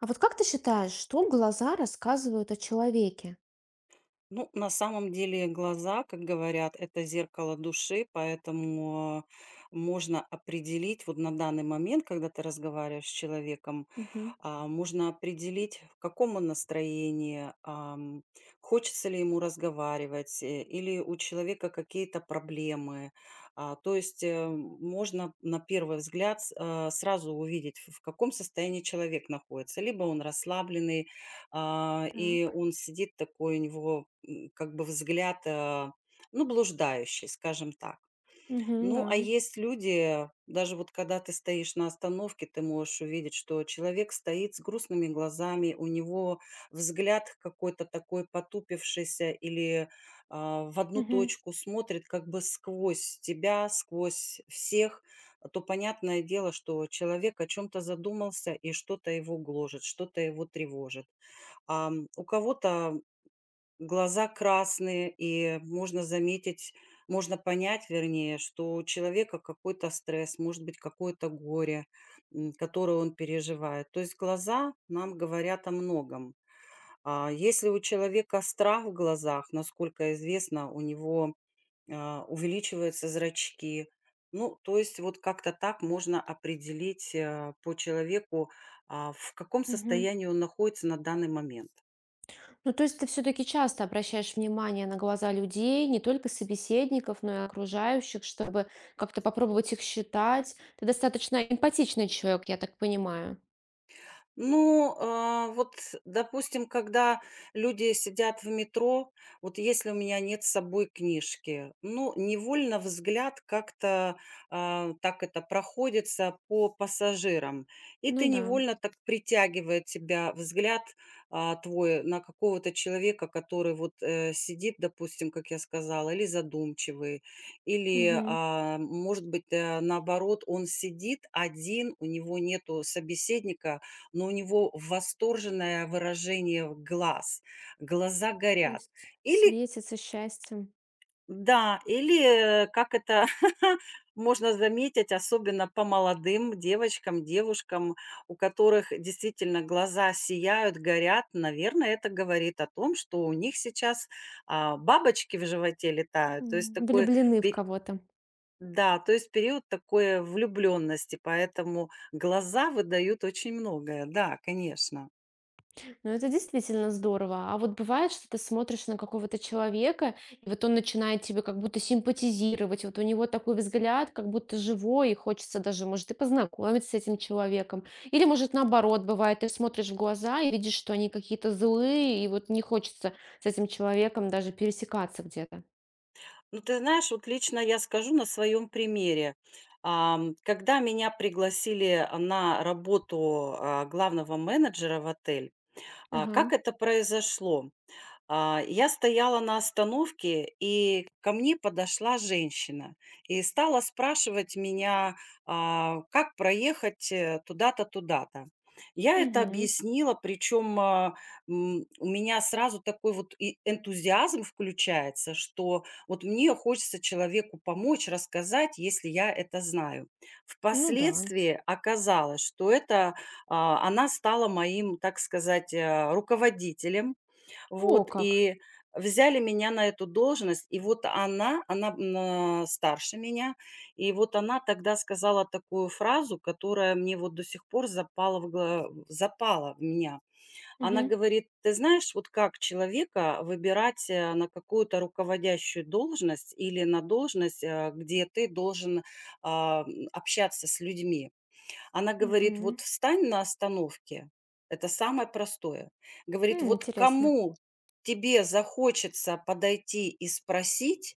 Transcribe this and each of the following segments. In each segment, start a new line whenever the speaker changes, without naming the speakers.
А вот как ты считаешь, что глаза рассказывают о человеке?
Ну, на самом деле глаза, как говорят, это зеркало души, поэтому, можно определить вот на данный момент, когда ты разговариваешь с человеком,
Мгм.
можно определить, в каком он настроении, хочется ли ему разговаривать, или у человека какие-то проблемы. То есть, можно на первый взгляд сразу увидеть, в каком состоянии человек находится. Либо он расслабленный, и
Так.
он сидит такой, у него, как бы взгляд, ну, блуждающий, скажем так.
Мгм, да.
Ну, а есть люди, даже вот когда ты стоишь на остановке, ты можешь увидеть, что человек стоит с грустными глазами, у него взгляд какой-то такой потупившийся или в одну
Мгм,
точку смотрит как бы сквозь тебя, сквозь всех. То понятное дело, что человек о чем-то задумался и что-то его гложет, что-то его тревожит. У кого-то глаза красные, и можно заметить, можно понять, вернее, что у человека какой-то стресс, может быть, какое-то горе, которое он переживает. То есть глаза нам говорят о многом. А если у человека страх в глазах, насколько известно, у него увеличиваются зрачки. Ну, то есть вот как-то так можно определить по человеку, в каком
мгм.
состоянии он находится на данный момент.
Ну, то есть ты все-таки часто обращаешь внимание на глаза людей, не только собеседников, но и окружающих, чтобы как-то попробовать их считать. Ты достаточно эмпатичный человек, я так понимаю.
Ну, вот, допустим, когда люди сидят в метро, вот если у меня нет с собой книжки, ну, невольно взгляд как-то, так это проходится по пассажирам, и
Ну
ты
да.
невольно так притягивает тебя взгляд твой на какого-то человека, который вот сидит, допустим, как я сказала, или задумчивый, или,
Мгм.
может быть, наоборот, он сидит один, у него нету собеседника, но у него восторженное выражение глаз, глаза
То
горят.
есть
Или,
светится счастьем.
да, или, как это можно заметить, особенно по молодым девочкам, девушкам, у которых действительно глаза сияют, горят, наверное, это говорит о том, что у них сейчас, бабочки в животе летают. То есть
М.
такой
Влюблены в
пе
кого-то.
да, то есть период такой влюблённости, поэтому глаза выдают очень многое. Да, конечно.
Ну, это действительно здорово. А вот бывает, что ты смотришь на какого-то человека, и вот он начинает тебе как будто симпатизировать, вот у него такой взгляд, как будто живой, и хочется даже, может, и познакомиться с этим человеком. Или, может, наоборот, бывает, ты смотришь в глаза и видишь, что они какие-то злые, и вот не хочется с этим человеком даже пересекаться где-то.
Ну, ты знаешь, вот лично я скажу на своем примере. Когда меня пригласили, на работу, главного менеджера в отель,
Ага.
как это произошло? Я стояла на остановке, и ко мне подошла женщина и стала спрашивать меня, как проехать, туда-то, туда-то. Я это
Мгм.
объяснила, причем, у меня сразу такой вот и энтузиазм включается, что вот мне хочется человеку помочь, рассказать, если я это знаю.
Ну да.
Впоследствии оказалось, что это, она стала моим, так сказать, руководителем,
О,
вот,
как.
и взяли меня на эту должность. И вот она на старше меня, и вот она тогда сказала такую фразу, которая мне вот до сих пор запала в меня. Она
Угу.
говорит: "Ты знаешь, вот как человека выбирать, на какую-то руководящую должность или на должность, где ты должен, общаться с людьми?" Она говорит:
Угу.
"Вот встань на остановке". Это самое простое. Говорит: "Вот
Интересно.
кому тебе захочется подойти и спросить,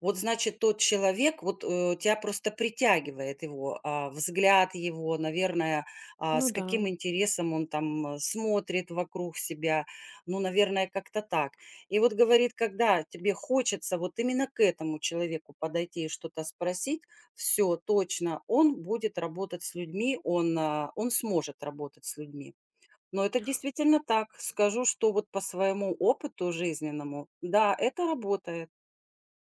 вот значит, тот человек, вот, тя просто притягивает его, взгляд его, наверное,
Ну
с
да.
каким интересом он там, смотрит вокруг себя. Ну, наверное, как-то так. И вот говорит, когда тебе хочется вот именно к этому человеку подойти и что-то спросить, все точно, он будет работать с людьми, он сможет работать с людьми. Но это действительно так. Скажу, что вот по своему опыту жизненному, да, это работает.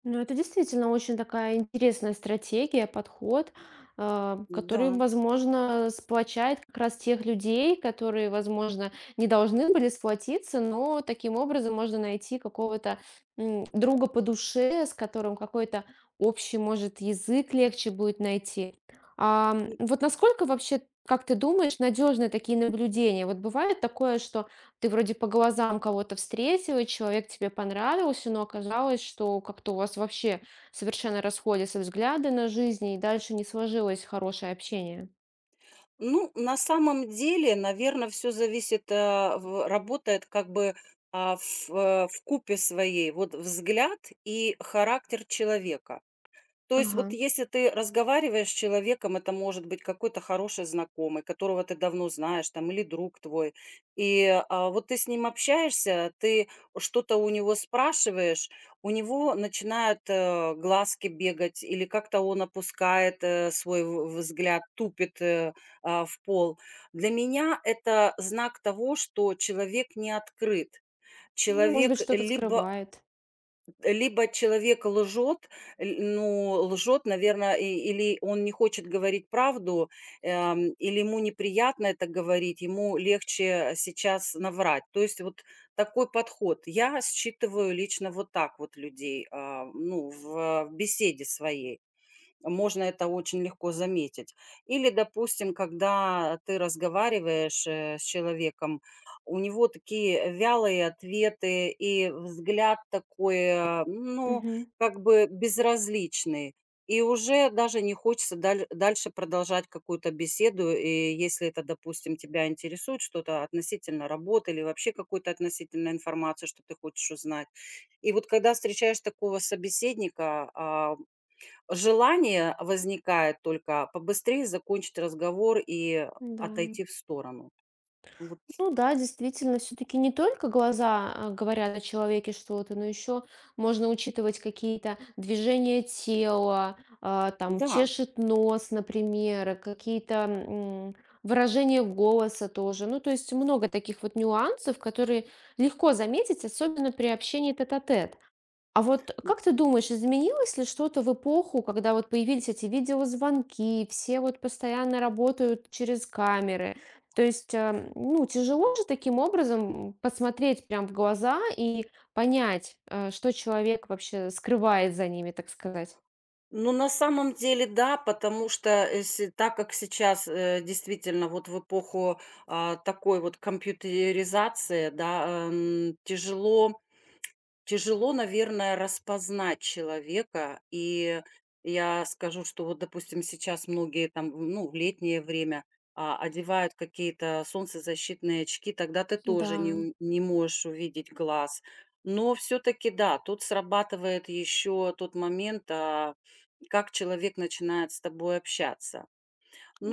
Ну, это действительно очень такая интересная стратегия, подход, который,
Да.
возможно, сплочает как раз тех людей, которые, возможно, не должны были сплотиться, но таким образом можно найти какого-то друга по душе, с которым какой-то общий, может, язык легче будет найти. Вот насколько вообще, как ты думаешь, надежны такие наблюдения? Вот бывает такое, что ты вроде по глазам кого-то встретила, человек тебе понравился, но оказалось, что как-то у вас вообще совершенно расходятся взгляды на жизнь, и дальше не сложилось хорошее общение.
Ну, на самом деле, наверное, все зависит, а, в работает как бы, в купе своей. Вот взгляд и характер человека. То есть
Ага.
вот если ты разговариваешь с человеком, это может быть какой-то хороший знакомый, которого ты давно знаешь, там, или друг твой, и, вот ты с ним общаешься, ты что-то у него спрашиваешь, у него начинают, глазки бегать, или как-то он опускает, свой в взгляд, тупит, в пол. Для меня это знак того, что человек не открыт.
Ну, может
Человек
быть, что-то
либо
скрывает.
либо человек лжет, ль ну, лжет, наверное, или он не хочет говорить правду, или ему неприятно это говорить, ему легче сейчас наврать. То есть вот такой подход. Я считываю лично вот так вот людей, ну, в беседе своей. Можно это очень легко заметить. Или, допустим, когда ты разговариваешь, с человеком, у него такие вялые ответы и взгляд такой, ну,
Угу,
как бы безразличный. И уже даже не хочется дальше продолжать какую-то беседу. И если это, допустим, тебя интересует что-то относительно работы или вообще какую то относительно информации, что ты хочешь узнать. И вот когда встречаешь такого собеседника, желание возникает только побыстрее закончить разговор и
Да.
отойти в сторону. Вот,
Ну да, действительно, все-таки не только глаза говорят о человеке что-то, но еще можно учитывать какие-то движения тела, там
да.
чешет нос, например, какие-то выражения голоса тоже. Ну, то есть много таких вот нюансов, которые легко заметить, особенно при общении тет-а-тет. А вот как ты думаешь, изменилось ли что-то в эпоху, когда вот появились эти видеозвонки, все вот постоянно работают через камеры? То есть, ну, тяжело же таким образом посмотреть прям в глаза и понять, что человек вообще скрывает за ними, так сказать.
Ну, на самом деле, да, потому что, э, се так как сейчас, действительно, вот в эпоху, такой вот компьютеризации, да, тяжело, наверное, распознать человека. И я скажу, что вот, допустим, сейчас многие там, ну, в летнее время, одевают какие-то солнцезащитные очки, тогда ты
Да,
тоже не можешь увидеть глаз. Но все таки да, тут срабатывает еще тот момент, как человек начинает с тобой общаться.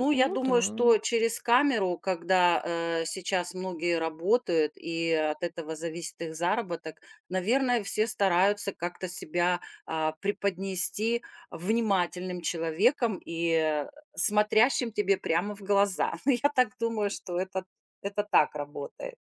я
ну да.
думаю, что через камеру, когда, сейчас многие работают, и от этого зависит их заработок, наверное, все стараются как-то себя, преподнести внимательным человеком и, смотрящим тебе прямо в глаза. Я так думаю, что это так работает.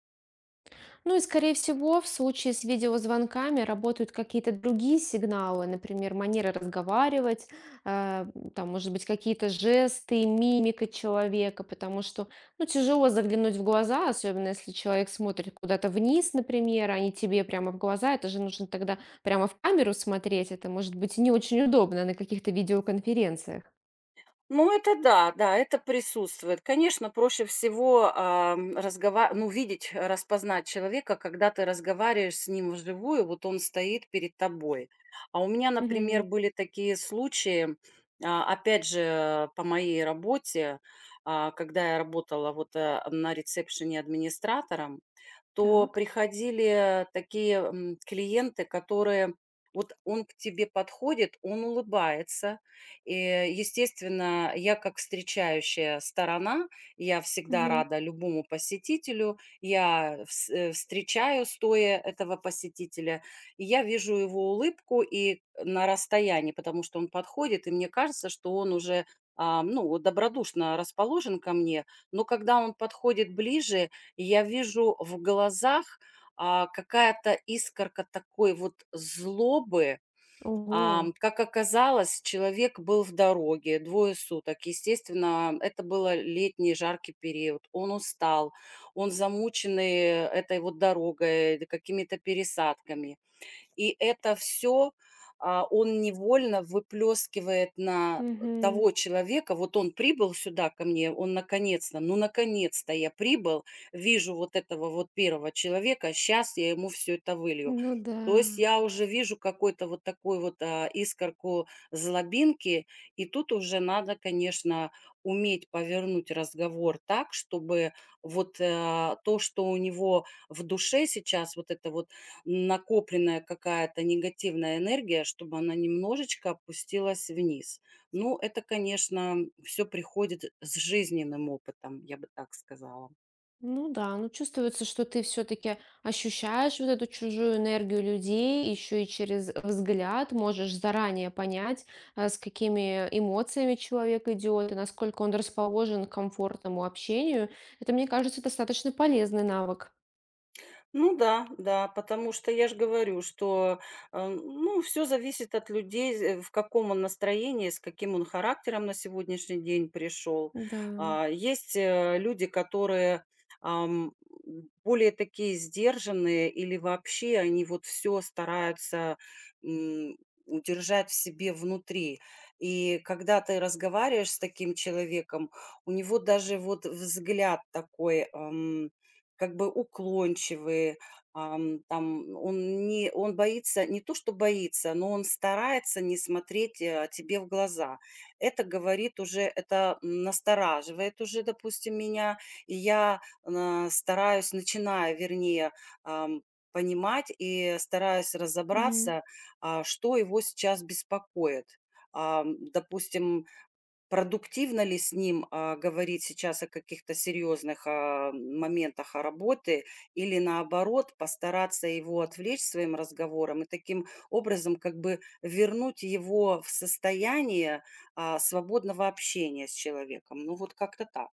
Ну и, скорее всего, в случае с видеозвонками работают какие-то другие сигналы, например, манера разговаривать, э, там, может быть, какие-то жесты, мимика человека, потому что, ну, тяжело заглянуть в глаза, особенно если человек смотрит куда-то вниз, например, а не тебе прямо в глаза, это же нужно тогда прямо в камеру смотреть, это может быть не очень удобно на каких-то видеоконференциях.
Ну, это да, да, это присутствует. Конечно, проще всего, ам, разгова ну, видеть, распознать человека, когда ты разговариваешь с ним вживую, вот он стоит перед тобой. А у меня, например,
Мгм.
были такие случаи, опять же, по моей работе, когда я работала вот, на ресепшене администратором. То
Так.
приходили такие, клиенты, которые вот он к тебе подходит, он улыбается. И, естественно, я как встречающая сторона, я всегда
Мгм.
рада любому посетителю. Я встречаю стоя этого посетителя, и я вижу его улыбку и на расстоянии, потому что он подходит, и мне кажется, что он уже, ну, добродушно расположен ко мне. Но когда он подходит ближе, и я вижу в глазах, какая-то искорка такой вот злобы.
Ого.
Как оказалось, человек был в дороге двое суток. Естественно, это было летний жаркий период. Он устал, он замученный этой вот дорогой, какими-то пересадками. И это все, он невольно выплескивает на
Мгм.
того человека. Вот он прибыл сюда ко мне, он наконец-то, ну, наконец-то я прибыл, вижу вот этого вот первого человека. Сейчас я ему все это вылью.
Ну да.
То есть я уже вижу какой-то вот такой вот, искорку злобинки, и тут уже надо, конечно, уметь повернуть разговор так, чтобы вот, то, что у него в душе сейчас, вот это вот накопленная какая-то негативная энергия, чтобы она немножечко опустилась вниз. Ну, это, конечно, все приходит с жизненным опытом, я бы так сказала.
Ну да, ну чувствуется, что ты все-таки ощущаешь вот эту чужую энергию людей, еще и через взгляд можешь заранее понять, с какими эмоциями человек идет и насколько он расположен к комфортному общению. Это, мне кажется, достаточно полезный навык.
Ну да, да, потому что я же говорю, что, ну, все зависит от людей, з в каком он настроении, с каким он характером на сегодняшний день пришел.
Да.
Есть, люди, которые, ам, более такие сдержанные или вообще они вот все стараются, м, удержать в себе внутри. И когда ты разговариваешь с таким человеком, у него даже вот взгляд такой, как бы уклончивые, там он не он боится, не то что боится, но он старается не смотреть, тебе в глаза. Это говорит уже, это настораживает уже, допустим, меня, и я, стараюсь, начинаю, вернее, ам, понимать и стараюсь
Мгм.
разобраться, что его сейчас беспокоит. Допустим, продуктивно ли с ним, говорить сейчас о каких-то серьезных, моментах, работы или, наоборот, постараться его отвлечь своим разговором и таким образом как бы вернуть его в состояние, свободного общения с человеком. Ну, вот как-то так.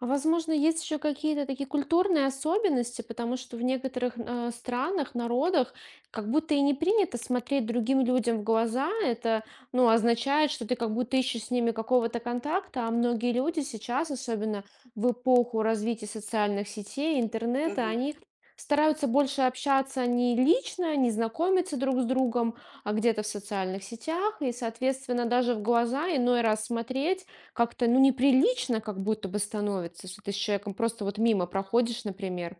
А возможно, есть еще какие-то такие культурные особенности, потому что в некоторых странах, народах как будто и не принято смотреть другим людям в глаза. Это, ну, означает, что ты как будто ищешь с ними какого-то контакта, а многие люди сейчас, особенно в эпоху развития социальных сетей, интернета, они стараются больше общаться не лично, не знакомиться друг с другом, а где-то в социальных сетях, и, соответственно, даже в глаза иной раз смотреть как-то, ну, неприлично как будто бы становится, что ты с человеком просто вот мимо проходишь, например.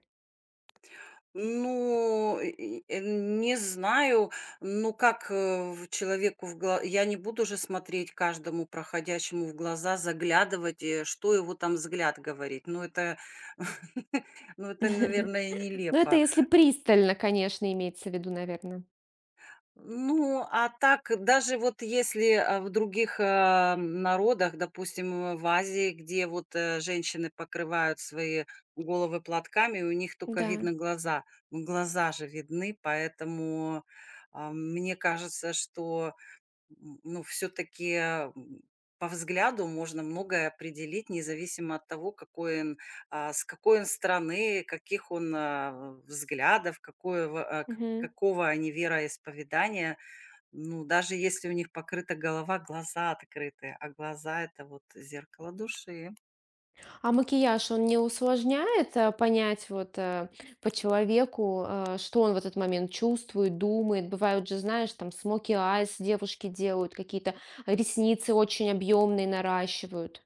Ну, и не знаю, ну, как, в человеку в глаза. Я не буду же смотреть каждому проходящему в глаза, заглядывать, что его там взгляд говорит. Ну, это ну, это, наверное,
Но это
нелепо.
если пристально, конечно, имеется в виду, наверное.
Ну, а так, даже вот если в других народах, допустим, в Азии, где вот женщины покрывают свои головы платками, у них только
Да.
видно глаза. Ну, глаза же видны, поэтому мне кажется, что ну, все-таки по взгляду можно многое определить, независимо от того, какой он, с какой он страны, каких он взглядов, а,
Мгм.
какого они вероисповедания. Ну, даже если у них покрыта голова, глаза открыты, а глаза - это вот зеркало души.
А макияж, он не усложняет, понять вот, по человеку, что он в этот момент чувствует, думает? Бывают же, знаешь, там смоки айс девушки делают, какие-то ресницы очень объемные наращивают.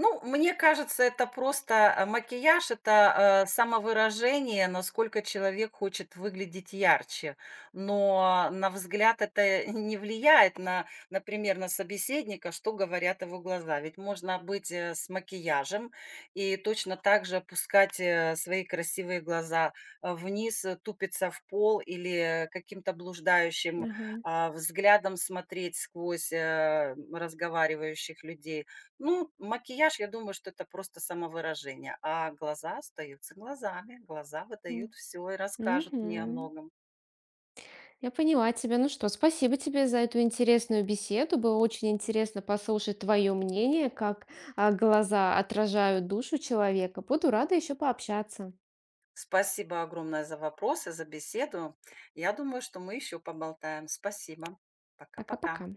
Ну, мне кажется, это просто, макияж - это, самовыражение, насколько человек хочет выглядеть ярче. Но на взгляд это не влияет на, например, на собеседника, что говорят его глаза. Ведь можно быть, с макияжем и точно так же опускать, свои красивые глаза, вниз, тупиться в пол или каким-то блуждающим,
Ага.
взглядом смотреть сквозь, разговаривающих людей. Ну, макияж, я думаю, что это просто самовыражение, а глаза остаются глазами. Глаза выдают
М.
всё и расскажут мне о
Мгм.
многом.
Я поняла тебя. Ну что, спасибо тебе за эту интересную беседу. Было очень интересно послушать твое мнение, как глаза отражают душу человека. Буду рада еще пообщаться.
Спасибо огромное за вопросы, за беседу. Я думаю, что мы еще поболтаем. Спасибо. Пока-пока.
Пока-пока.